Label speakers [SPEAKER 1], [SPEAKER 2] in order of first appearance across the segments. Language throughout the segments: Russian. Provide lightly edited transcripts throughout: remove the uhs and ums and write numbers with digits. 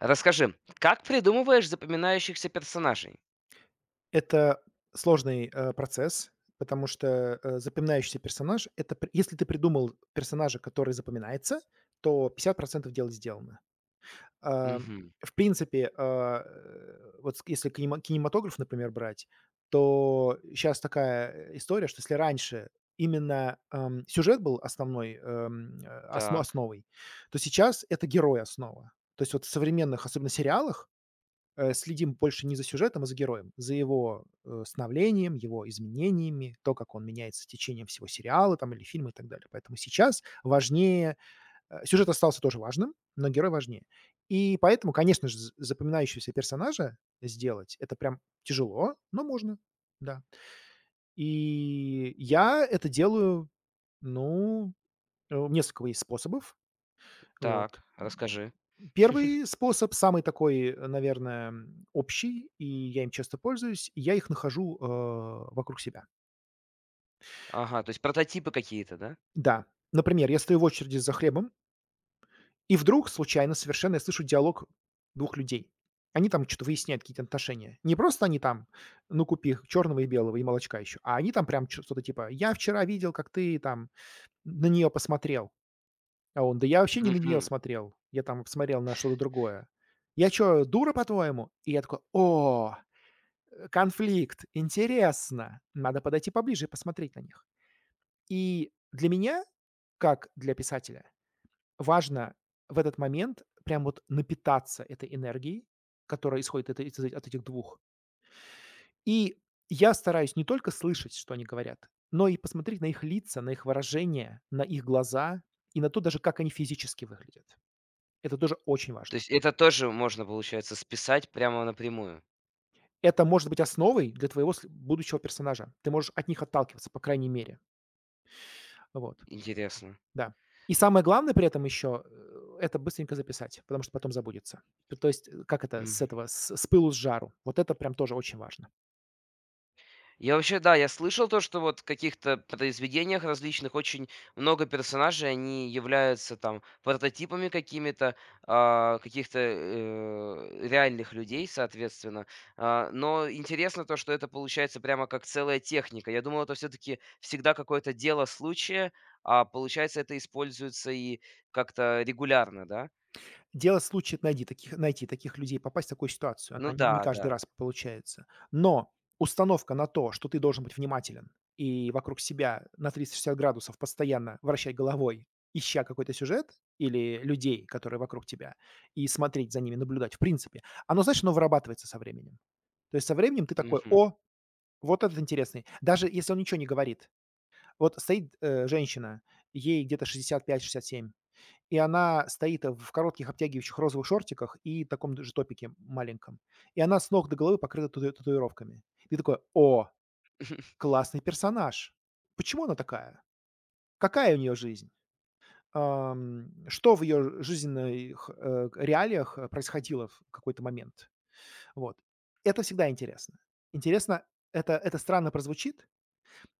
[SPEAKER 1] Расскажи, как придумываешь запоминающихся персонажей?
[SPEAKER 2] Это сложный, процесс, потому что, запоминающийся персонаж — это п если ты придумал персонажа, который запоминается, то 50 дела сделано. А,
[SPEAKER 1] Мгм.
[SPEAKER 2] в принципе, вот с если кинематограф, например, брать, то сейчас такая, история, что если раньше именно, сюжет был основной,
[SPEAKER 1] Так,
[SPEAKER 2] основой, то сейчас это герой — основа. То есть вот в современных, особенно сериалах, следим больше не за сюжетом, а за героем, за его, становлением, его изменениями, то, как он меняется с течением всего сериала там или фильма и так далее. Поэтому сейчас важнее, сюжет остался тоже важным, но герой важнее. И поэтому, конечно же, з запоминающегося персонажа сделать — это прям тяжело, но можно, да. И я это делаю, ну, несколько есть способов. Вот.
[SPEAKER 1] так, расскажи.
[SPEAKER 2] Первый способ, самый такой, наверное, общий, и я им часто пользуюсь. Я их нахожу, вокруг себя.
[SPEAKER 1] Ага, то есть прототипы какие-то, да?
[SPEAKER 2] Да, например, я стою в очереди за хлебом, и вдруг случайно совершенно я слышу диалог двух людей. Они там что то выясняют какие-то отношения. Не просто они там: "Ну, купи черного и белого, и молочка еще", а они там прям чё что-то типа: "Я вчера видел, как ты там на нее посмотрел". А он: "Да я вообще не на неё
[SPEAKER 1] Мгм.
[SPEAKER 2] смотрел, я там смотрел на что-то другое". "Я чё, дура, по-твоему?" И я такой: "О, конфликт, интересно, надо подойти поближе и посмотреть на них". И для меня, как для писателя, важно в этот момент прям вот напитаться этой энергией, которая исходит это из от этих двух. И я стараюсь не только слышать, что они говорят, но и посмотреть на их лица, на их выражения, на их глаза и на то даже, как они физически выглядят. Это тоже очень
[SPEAKER 1] То
[SPEAKER 2] важно.
[SPEAKER 1] есть это тоже можно, получается, списать прямо напрямую.
[SPEAKER 2] Это может быть основой для твоего сл будущего персонажа. Ты можешь от них отталкиваться, по крайней мере. Вот,
[SPEAKER 1] Интересно.
[SPEAKER 2] да. И самое главное при этом еще, это быстренько записать, потому что потом забудется. То есть, как это, с этого, с пылу с жару. Вот это прям тоже очень важно.
[SPEAKER 1] Я вообще, да, я слышал то, что вот в каких-то произведениях различных очень много персонажей, они являются там прототипами какими-то, а, каких-то, реальных людей, соответственно. А, но интересно то, что это получается прямо как целая техника. Я думал, это все таки всегда какое-то дело случая, а получается, это используется и как-то регулярно, да?
[SPEAKER 2] Дело в случае найди таких найти таких людей, попасть в такую ситуацию.
[SPEAKER 1] Ну
[SPEAKER 2] Она не
[SPEAKER 1] да,
[SPEAKER 2] каждый
[SPEAKER 1] да.
[SPEAKER 2] раз получается. Но установка на то, что ты должен быть внимателен и вокруг себя на 360 градусов постоянно вращать головой, ища какой-то сюжет или людей, которые вокруг тебя, и смотреть за ними, наблюдать, в принципе, оно, знаешь, оно вырабатывается со временем. То есть со временем ты такой:
[SPEAKER 1] Мгм.
[SPEAKER 2] "О, вот этот интересный". Даже если он ничего не говорит. Вот стоит, женщина, ей где-то 65-67. И она стоит в коротких обтягивающих розовых шортиках и таком же топике маленьком. И она с ног до головы покрыта татуировками. Ты такой: "О, классный персонаж! Почему она такая? Какая у нее жизнь? Что в ее жизненных, реалиях, происходило в какой-то момент?" Вот. Это всегда интересно. Интересно, это странно прозвучит,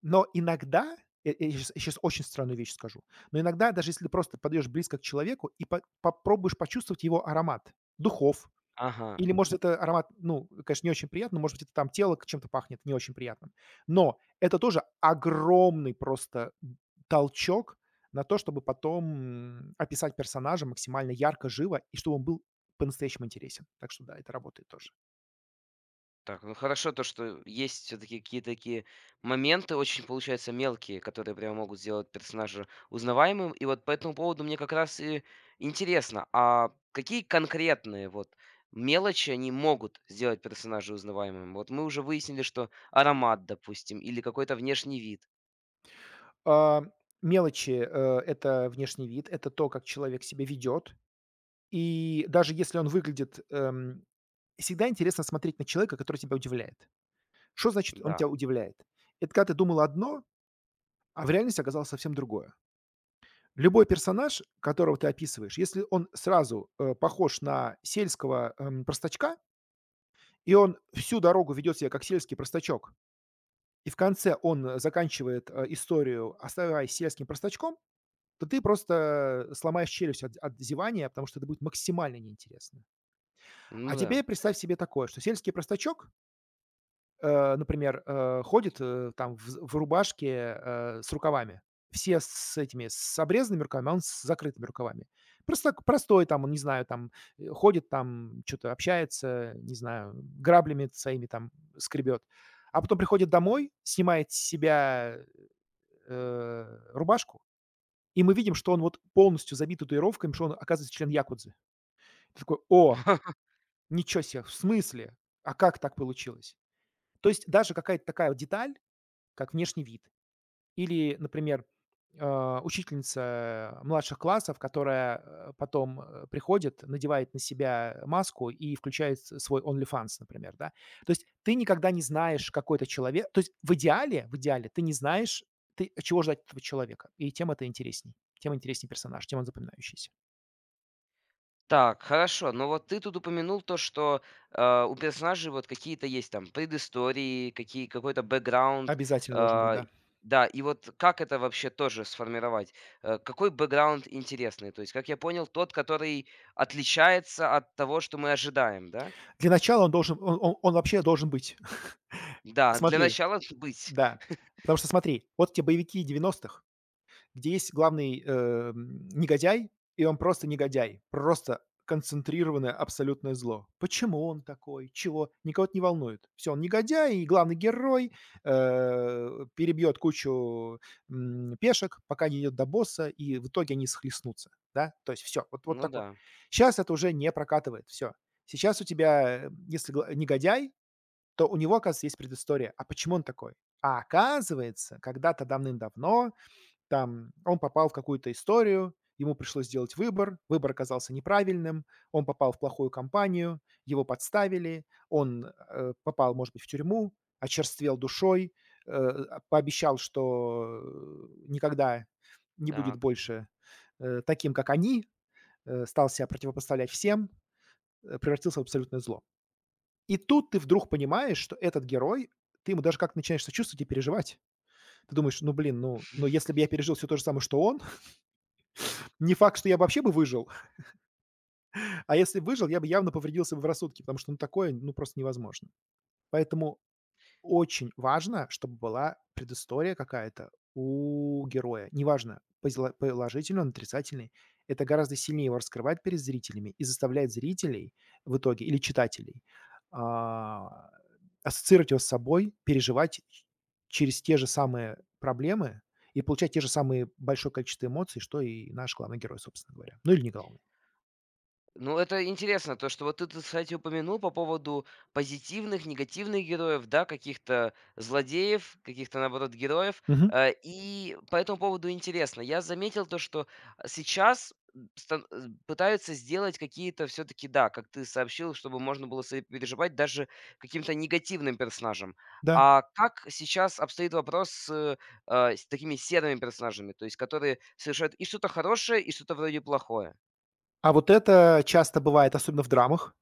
[SPEAKER 2] но иногда, я очень странную вещь скажу, но иногда, даже если ты просто подойдешь близко к человеку и по попробуешь почувствовать его аромат духов,
[SPEAKER 1] Ага.
[SPEAKER 2] или, может, это аромат, ну, конечно, не очень приятный, может быть, это там тело к чем-то пахнет не очень приятным. Но это тоже огромный просто толчок на то, чтобы потом описать персонажа максимально ярко, живо и чтобы он был по-настоящему интересен. Так что да, это работает тоже.
[SPEAKER 1] Так, ну хорошо то, что есть все таки какие-то такие моменты, очень, получается, мелкие, которые прям могут сделать персонажа узнаваемым. И вот по этому поводу мне как раз и интересно, а какие конкретные вот мелочи, они могут сделать персонажа узнаваемым? Вот мы уже выяснили, что аромат, допустим, или какой-то внешний вид.
[SPEAKER 2] А, мелочи, это внешний вид, это то, как человек себя ведет. И даже если он выглядит, всегда интересно смотреть на человека, который тебя удивляет. Что значит он
[SPEAKER 1] Да,
[SPEAKER 2] тебя удивляет? Это когда ты думал одно, а в реальности оказалось совсем другое. Любой персонаж, которого ты описываешь, если он сразу, похож на сельского, простачка, и он всю дорогу ведет себя как сельский простачок, и в конце он, заканчивает, историю, оставаясь сельским простачком, то ты просто сломаешь челюсть от зевания, потому что это будет максимально неинтересно. А
[SPEAKER 1] ну да.
[SPEAKER 2] теперь представь себе такое, что сельский простачок, например, ходит, там в рубашке, с рукавами. Все с этими, с обрезанными рукавами, а он с закрытыми рукавами. Просто простой там, он, не знаю, там, ходит там, что то общается, не знаю, граблями своими там скребет. А потом приходит домой, снимает с себя, рубашку, и мы видим, что он вот полностью забит татуировками, что он, оказывается, член якудзы. Ты такой: "О, ничего себе, в смысле? А как так получилось?" То есть даже какая-то такая вот деталь, как внешний вид или, например, а, учительница младших классов, которая, потом, приходит, надевает на себя маску и включает с свой OnlyFans, например, да. То есть ты никогда не знаешь, какой это человек. То есть в идеале ты не знаешь, ты чего ждать от этого человека, и тем это интересней. Тем интереснее персонаж, тем он запоминающийся.
[SPEAKER 1] Так, хорошо. Но вот ты тут упомянул то, что, а, у персонажей вот какие-то есть там предыстории, какие какой-то бэкграунд.
[SPEAKER 2] Обязательно должен быть,
[SPEAKER 1] А,
[SPEAKER 2] да.
[SPEAKER 1] да, и вот как это вообще тоже сформировать? Какой бэкграунд интересный? То есть, как я понял, тот, который отличается от того, что мы ожидаем, да?
[SPEAKER 2] Для начала он должен он вообще должен быть.
[SPEAKER 1] Да, для
[SPEAKER 2] Смотри.
[SPEAKER 1] начала быть.
[SPEAKER 2] Да, потому что смотри, вот те боевики девяностых, где есть главный, негодяй, и он просто негодяй, просто концентрированное абсолютное зло. Почему он такой? Чего? Никого это не волнует. Все, он негодяй, и главный герой, э, перебьет кучу, пешек, пока не идет до босса, и в итоге они схлестнутся, да? То есть все, вот
[SPEAKER 1] Ну
[SPEAKER 2] такое.
[SPEAKER 1] да.
[SPEAKER 2] Сейчас это уже не прокатывает. Все. Сейчас у тебя, если гла негодяй, то у него, оказывается, есть предыстория. А почему он такой? А оказывается, когда-то давным-давно там он попал в какую-то историю, ему пришлось сделать выбор, выбор оказался неправильным, он попал в плохую компанию, его подставили, он попал, может быть, в тюрьму, очерствел душой, пообещал, что никогда не будет
[SPEAKER 1] Так.
[SPEAKER 2] больше таким, как они, стал себя противопоставлять всем, превратился в абсолютное зло. И тут ты вдруг понимаешь, что этот герой, ты ему даже как-то начинаешь сочувствовать и переживать. Ты думаешь: "Ну, блин, ну, если бы я пережил все то же самое, что он, не факт, что я бы вообще бы выжил, а если б выжил, я бы явно повредился бы в рассудке, потому что, ну, такое, ну, просто невозможно". Поэтому очень важно, чтобы была предыстория какая-то у героя. Неважно, позила положительный он, отрицательный. Это гораздо сильнее его раскрывает перед зрителями и заставляет зрителей в итоге или читателей, а, ассоциировать его с собой, переживать ч через те же самые проблемы и получать те же самые большое количество эмоций, что и наш главный герой, собственно говоря. Ну или не главный.
[SPEAKER 1] Ну, это интересно, то, что вот ты, кстати, упомянул по поводу позитивных, негативных героев, да, каких-то злодеев, каких-то, наоборот, героев.
[SPEAKER 2] Мгм.
[SPEAKER 1] Э, и по этому поводу интересно. Я заметил то, что сейчас пытаются сделать какие-то все-таки, да, как ты сообщил, чтобы можно было сопереживать даже каким-то негативным персонажам.
[SPEAKER 2] Да.
[SPEAKER 1] А как сейчас обстоит вопрос с, с такими серыми персонажами, то есть которые совершают и что-то хорошее, и что-то вроде плохое?
[SPEAKER 2] А вот это часто бывает, особенно в драмах.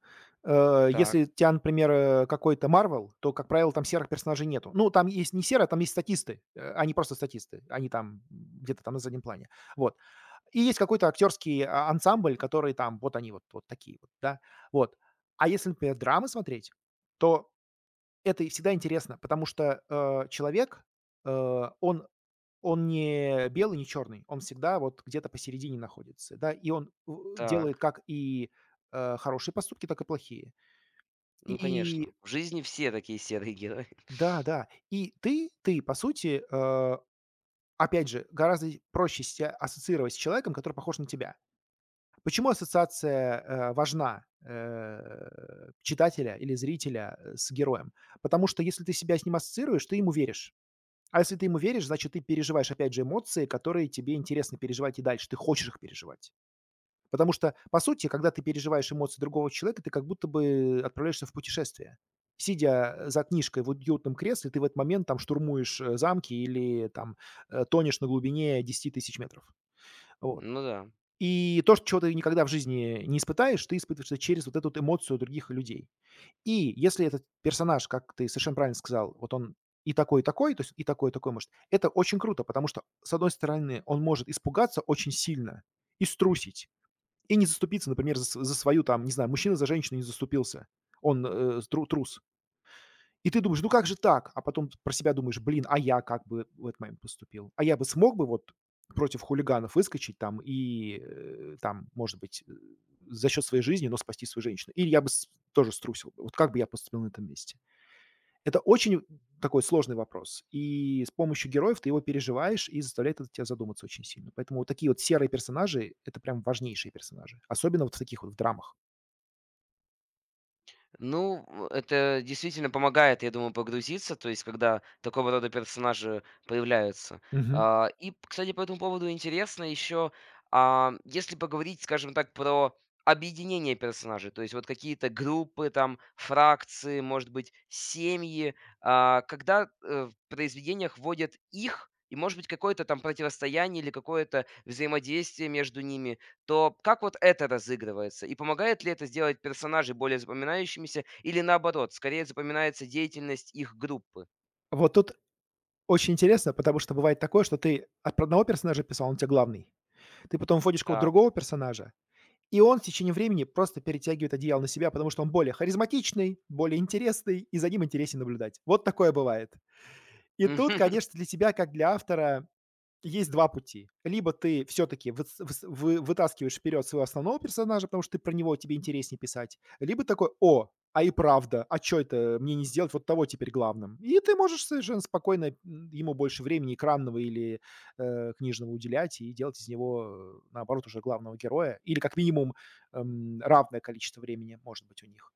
[SPEAKER 1] Так,
[SPEAKER 2] Если тя, например, какой-то "Марвел", то, как правило, там серых персонажей нету. Ну, там есть не серые, а там есть статисты. Они просто статисты. Они там где-то там на заднем плане. Вот. И есть какой-то актерский ансамбль, который там вот они вот вот такие вот, да. Вот. А если, например, драмы смотреть, то это и всегда интересно, потому что, человек, э, он он не белый, не черный, он всегда вот где-то посередине находится, да, и он
[SPEAKER 1] так.
[SPEAKER 2] делает как и, хорошие поступки, так и плохие.
[SPEAKER 1] Ну, конечно.
[SPEAKER 2] И
[SPEAKER 1] В жизни все такие серые герои.
[SPEAKER 2] да, да, и ты, по сути, опять же, гораздо проще себя ассоциировать с человеком, который похож на тебя. Почему ассоциация, важна, читателя или зрителя, с героем? Потому что если ты себя с ним ассоциируешь, ты ему веришь. А если ты ему веришь, значит, ты переживаешь, опять же, эмоции, которые тебе интересно переживать и дальше, ты хочешь их переживать. Потому что, по сути, когда ты переживаешь эмоции другого человека, ты как будто бы отправляешься в путешествие. Сидя, за книжкой в уютном кресле, ты в этот момент там штурмуешь, замки или там, тонешь на глубине 10 000 метров. Вот.
[SPEAKER 1] Ну да.
[SPEAKER 2] И то, что чего ты никогда в жизни не испытаешь, ты испытываешь это через вот эту эмоцию других людей. И если этот персонаж, как ты совершенно правильно сказал, вот он и такой, то есть и такой может. Это очень круто, потому что, с одной стороны, он может испугаться очень сильно и струсить. И не заступиться, например, за свою там, не знаю, мужчина за женщину не заступился, он трус. И ты думаешь, ну как же так? А потом про себя думаешь, блин, а я как бы в этот момент поступил? А я бы смог бы вот против хулиганов выскочить там и там, может быть, за счет своей жизни, но спасти свою женщину? Или я бы тоже струсил? Бы? Вот как бы я поступил на этом месте? Это очень такой сложный вопрос, и с помощью героев ты его переживаешь, и заставляет это тебя задуматься очень сильно. Поэтому вот такие вот серые персонажи — это прям важнейшие персонажи, особенно вот в таких вот в драмах.
[SPEAKER 1] Ну, в это действительно помогает, я думаю, погрузиться, то есть, когда такого рода персонажи появляются.
[SPEAKER 2] Мгм.
[SPEAKER 1] А, и, кстати, по этому поводу интересно еще, а, если поговорить, скажем так, про объединение персонажей, то есть вот какие-то группы, там, фракции, может быть, семьи, а, когда, в произведениях вводят их и, может быть, какое-то там противостояние или какое-то взаимодействие между ними. То как вот это разыгрывается? И помогает ли это сделать персонажей более запоминающимися или наоборот, скорее запоминается деятельность их группы?
[SPEAKER 2] Вот тут очень интересно, потому что бывает такое, что ты от про одного персонажа писал, он у тя главный. Ты потом вводишь какого-то
[SPEAKER 1] Так.
[SPEAKER 2] другого персонажа, и он в течение времени просто перетягивает одеяло на себя, потому что он более харизматичный, более интересный, и за ним интереснее наблюдать. Вот такое бывает. И
[SPEAKER 1] Мгм.
[SPEAKER 2] тут, конечно, для тебя, как для автора, есть 2 пути. Либо ты все таки выс вы вытаскиваешь вперед своего основного персонажа, потому что ты про него тебе интереснее писать, либо такой: "О, а и правда, а чё это мне не сделать вот того теперь главным?" И ты можешь совершенно спокойно, ему больше времени экранного или, книжного уделять и делать из него, наоборот, уже главного героя или как минимум, равное количество времени может быть у них.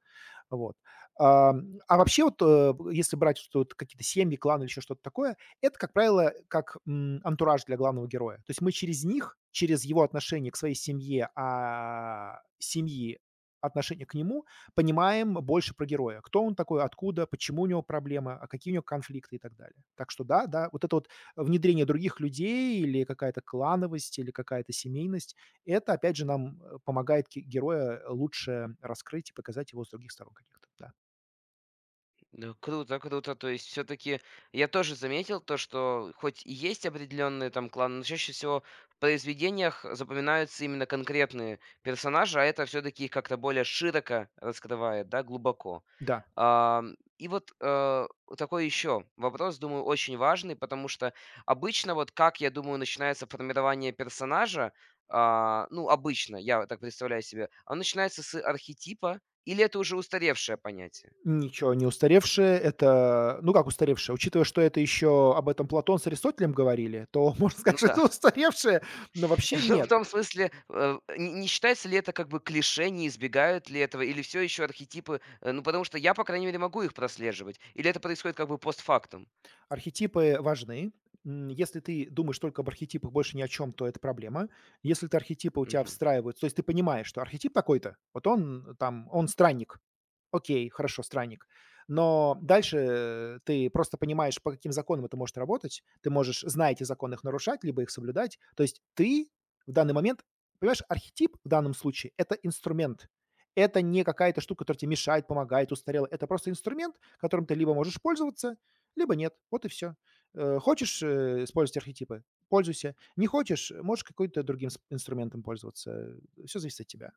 [SPEAKER 2] Вот. А вообще вот, если брать, что вот какие-то семьи, кланы или еще что-то такое, это, как правило, как, антураж для главного героя. То есть мы через них, через его отношение к своей семье, а, семьи отношение к нему, понимаем больше про героя. Кто он такой, откуда, почему у него проблемы, а какие у него конфликты и так далее. Так что да, да, вот это вот внедрение других людей или какая-то клановость, или какая-то семейность — это, опять же, нам, помогает ке героя лучше раскрыть и показать его с других сторон каких-то. Да.
[SPEAKER 1] Ну, круто, круто. То есть все таки я тоже заметил то, что хоть и есть определенные там кланы, но чаще всего в произведениях запоминаются именно конкретные персонажи, а это все таки их как-то более широко раскрывает, да, глубоко.
[SPEAKER 2] Да.
[SPEAKER 1] Ам, и вот, такой еще вопрос, думаю, очень важный, потому что обычно, вот как, я думаю, начинается формирование персонажа, а, ну, обычно, я так представляю себе, он начинается с архетипа или это уже устаревшее понятие?
[SPEAKER 2] Ничего не устаревшее. Это, ну, как устаревшее, учитывая, что это еще об этом Платон с Аристотелем говорили, то можно сказать,
[SPEAKER 1] Ну
[SPEAKER 2] что
[SPEAKER 1] да.
[SPEAKER 2] это устаревшее, но вообще
[SPEAKER 1] Ну, в
[SPEAKER 2] нет.
[SPEAKER 1] том смысле, не считается ли это как бы клише, не избегают ли этого, или все еще архетипы, ну, потому что я, по крайней мере, могу их прослеживать, или это происходит как бы постфактум?
[SPEAKER 2] Архетипы важны. Если ты думаешь только об архетипах, больше ни о чем, то это проблема. Если ты архетипы у тебя встраиваются, то есть ты понимаешь, что архетип такой-то, вот он там, он странник. Окей, хорошо, странник. Но дальше, ты просто понимаешь, по каким законам это может работать. Ты можешь, зная эти законы, их нарушать, либо их соблюдать. То есть ты в данный момент понимаешь, архетип в данном случае — это инструмент. Это не какая-то штука, которая тебе мешает, помогает, устарела. Это просто инструмент, которым ты либо можешь пользоваться, либо нет. Вот и все. Хочешь, использовать архетипы — пользуйся. Не хочешь — можешь какой-то другим с инструментом пользоваться. Все зависит от тебя.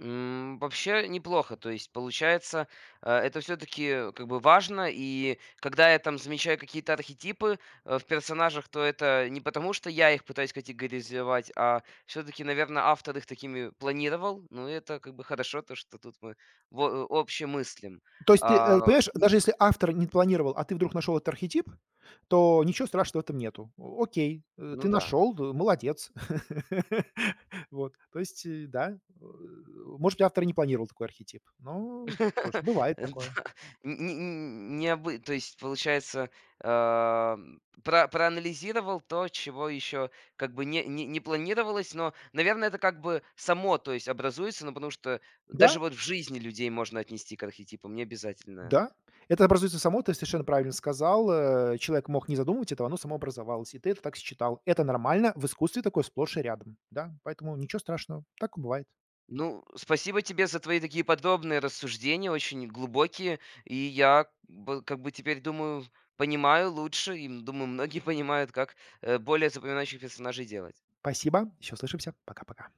[SPEAKER 1] М, вообще неплохо. То есть, получается, это все таки как бы важно. И когда я там замечаю какие-то архетипы, в персонажах, то это не потому, что я их пытаюсь категоризовать, а все таки наверное, автор их такими планировал. Ну, это как бы хорошо, то, что тут мы общемыслим.
[SPEAKER 2] То есть ты,
[SPEAKER 1] А,
[SPEAKER 2] понимаешь, даже если автор не планировал, а ты вдруг нашел этот архетип, то ничего страшного в этом нету. О окей, ты
[SPEAKER 1] ну да.
[SPEAKER 2] нашел, молодец. Вот, то есть, да, э, может быть, автор и не планировал такой архетип. Ну, что ж, бывает такое.
[SPEAKER 1] Да. Н н необы То есть, получается, проанализировал то, чего еще как бы не планировалось, но, наверное, это как бы само, то есть, образуется, ну, потому что
[SPEAKER 2] Да,
[SPEAKER 1] даже вот в жизни людей можно отнести к архетипам, не обязательно.
[SPEAKER 2] да, это образуется само, ты совершенно правильно сказал. Человек мог не задумывать этого, оно само образовалось, и ты это так считал. Это нормально, в искусстве такое сплошь и рядом, да, поэтому ничего страшного, так бывает.
[SPEAKER 1] Ну, спасибо тебе за твои такие подробные рассуждения, очень глубокие, и я бы как бы теперь, думаю, понимаю лучше, и, м, думаю, многие понимают, как, более запоминающих персонажей делать.
[SPEAKER 2] Спасибо, еще слышимся, пока-пока.